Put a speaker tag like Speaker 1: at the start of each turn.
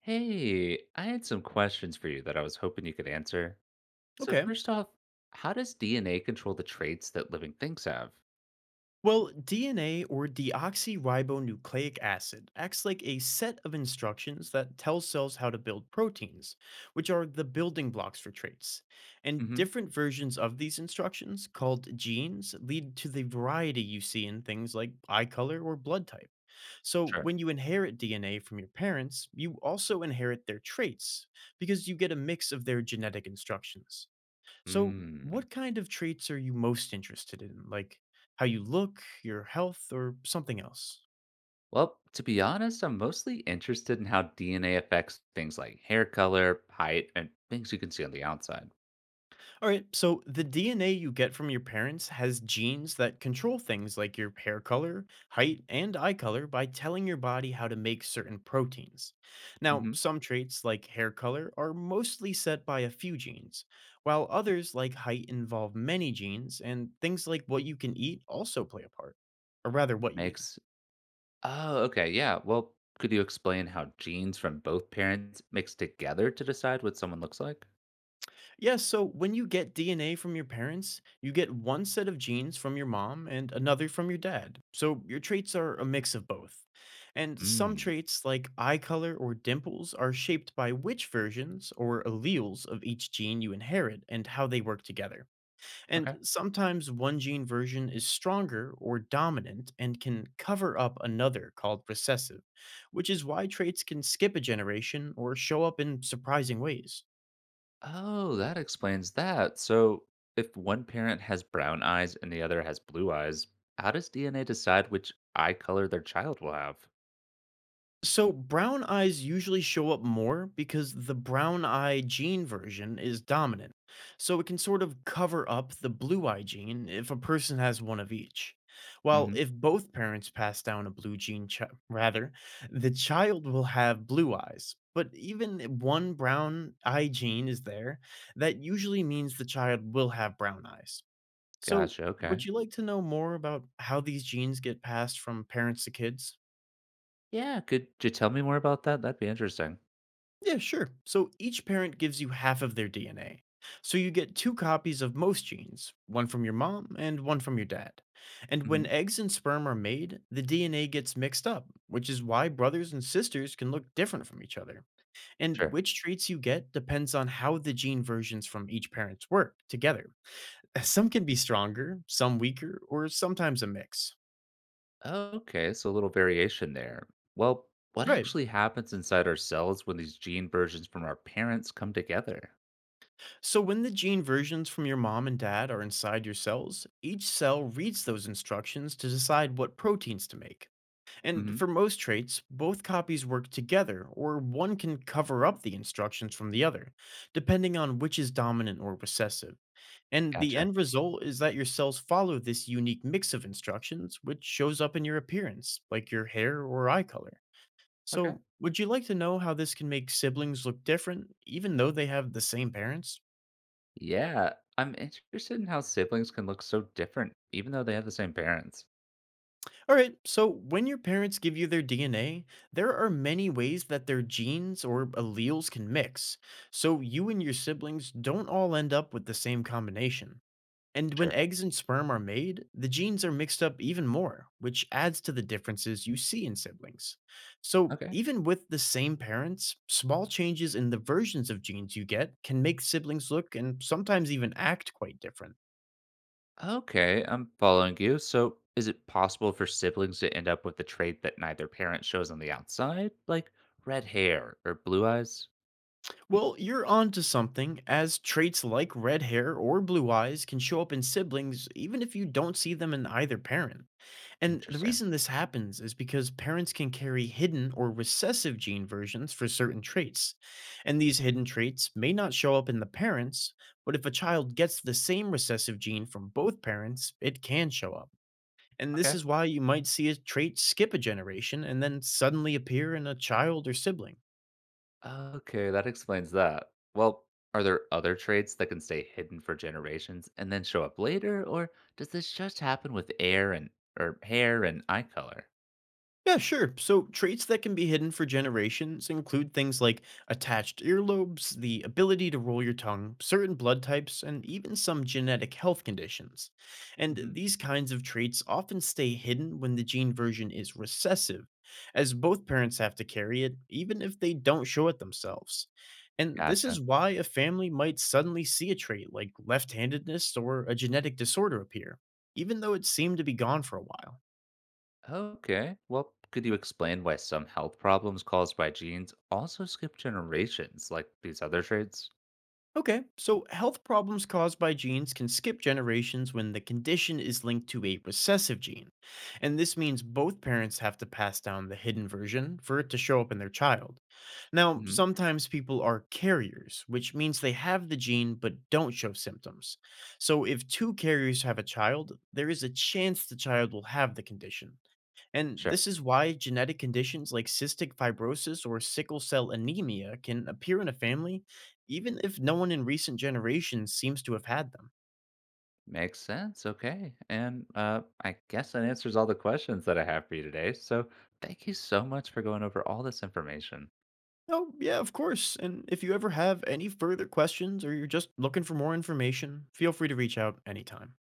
Speaker 1: Hey, I had some questions for you that I was hoping you could answer. So
Speaker 2: Okay.
Speaker 1: first off, how does DNA control the traits that living things have?
Speaker 2: Well, DNA or deoxyribonucleic acid acts like a set of instructions that tells cells how to build proteins, which are the building blocks for traits. And
Speaker 1: hmm
Speaker 2: different versions of these instructions, called genes, lead to the variety you see in things like eye color or blood type. So,
Speaker 1: Sure.
Speaker 2: when you inherit DNA from your parents, you also inherit their traits because you get a mix of their genetic instructions. So,
Speaker 1: Hmm.
Speaker 2: what kind of traits are you most interested in? Like how you look, your health, or something else?
Speaker 1: Well, to be honest, I'm mostly interested in how DNA affects things like hair color, height, and things you can see on the outside.
Speaker 2: All right, so the DNA you get from your parents has genes that control things like your hair color, height, and eye color by telling your body how to make certain proteins. Now,
Speaker 1: Hmm
Speaker 2: some traits like hair color are mostly set by a few genes, while others like height involve many genes, and things like what you can eat also play a part, or rather, what you eat.
Speaker 1: Makes Oh, okay, yeah. Well, could you explain how genes from both parents mix together to decide what someone looks like?
Speaker 2: Yes, so when you get DNA from your parents, you get one set of genes from your mom and another from your dad. So your traits are a mix of both. And some
Speaker 1: Hmm.
Speaker 2: traits, like eye color or dimples, are shaped by which versions or alleles of each gene you inherit and how they work together. And sometimes one gene version is stronger or dominant and can cover up another called recessive, which is why traits can skip a generation or show up in surprising ways.
Speaker 1: Oh, that explains that. So, if one parent has brown eyes and the other has blue eyes, how does DNA decide which eye color their child will have?
Speaker 2: So brown eyes usually show up more because the brown eye gene version is dominant. So it can sort of cover up the blue eye gene if a person has one of each. While
Speaker 1: hmm
Speaker 2: if both parents pass down a blue gene, rather, the child will have blue eyes. But even if one brown eye gene is there, that usually means the child will have brown eyes. So
Speaker 1: Gotcha. Okay.
Speaker 2: would you like to know more about how these genes get passed from parents to kids?
Speaker 1: Yeah. Could you tell me more about that? That'd be interesting.
Speaker 2: Yeah, sure. So each parent gives you half of their DNA. So you get two copies of most genes, one from your mom and one from your dad. And when
Speaker 1: hmm
Speaker 2: eggs and sperm are made, the DNA gets mixed up, which is why brothers and sisters can look different from each other. And
Speaker 1: Sure.
Speaker 2: which traits you get depends on how the gene versions from each parent's work together. Some can be stronger, some weaker, or sometimes a mix.
Speaker 1: Okay. So, a little variation there. Well, what
Speaker 2: Right.
Speaker 1: actually happens inside our cells when these gene versions from our parents come together?
Speaker 2: So, when the gene versions from your mom and dad are inside your cells, each cell reads those instructions to decide what proteins to make. And
Speaker 1: hmm
Speaker 2: for most traits, both copies work together, or one can cover up the instructions from the other, depending on which is dominant or recessive. And the
Speaker 1: Gotcha.
Speaker 2: end result is that your cells follow this unique mix of instructions, which shows up in your appearance, like your hair or eye color.
Speaker 1: Okay.
Speaker 2: So, would you like to know how this can make siblings look different, even though they have the same parents?
Speaker 1: Yeah. I'm interested in how siblings can look so different, even though they have the same parents.
Speaker 2: All right, so when your parents give you their DNA, there are many ways that their genes or alleles can mix, so you and your siblings don't all end up with the same combination. And when
Speaker 1: Sure.
Speaker 2: eggs and sperm are made, the genes are mixed up even more, which adds to the differences you see in siblings. So,
Speaker 1: Okay.
Speaker 2: even with the same parents, small changes in the versions of genes you get can make siblings look and sometimes even act quite different.
Speaker 1: Okay, I'm following you. So, is it possible for siblings to end up with a trait that neither parent shows on the outside, like red hair or blue eyes?
Speaker 2: Well, you're onto something, as traits like red hair or blue eyes can show up in siblings even if you don't see them in either parent. And the
Speaker 1: Interesting.
Speaker 2: reason this happens is because parents can carry hidden or recessive gene versions for certain traits. And these hidden traits may not show up in the parents, but if a child gets the same recessive gene from both parents, it can show up. And this
Speaker 1: Okay.
Speaker 2: is why you might see a trait skip a generation and then suddenly appear in a child or sibling.
Speaker 1: Okay, that explains that. Well, are there other traits that can stay hidden for generations and then show up later, or does this just happen with air and or hair and eye color?
Speaker 2: Yeah, sure. So, traits that can be hidden for generations include things like attached earlobes, the ability to roll your tongue, certain blood types, and even some genetic health conditions. And
Speaker 1: hmm
Speaker 2: these kinds of traits often stay hidden when the gene version is recessive, as both parents have to carry it, even if they don't show it themselves. And this is
Speaker 1: Gotcha.
Speaker 2: why a family might suddenly see a trait like left handedness or a genetic disorder appear, even though it seemed to be gone for a while.
Speaker 1: Okay. Well, could you explain why some health problems caused by genes also skip generations like these other traits?
Speaker 2: Okay, so health problems caused by genes can skip generations when the condition is linked to a recessive gene. And this means both parents have to pass down the hidden version for it to show up in their child. Now,
Speaker 1: hmm
Speaker 2: sometimes people are carriers, which means they have the gene but don't show symptoms. So if two carriers have a child, there is a chance the child will have the condition. And
Speaker 1: Sure.
Speaker 2: this is why genetic conditions like cystic fibrosis or sickle cell anemia can appear in a family, even if no one in recent generations seems to have had them.
Speaker 1: Makes sense. Okay. And I guess that answers all the questions that I have for you today. So thank you so much for going over all this information.
Speaker 2: Oh, yeah, of course. And if you ever have any further questions or you're just looking for more information, feel free to reach out anytime.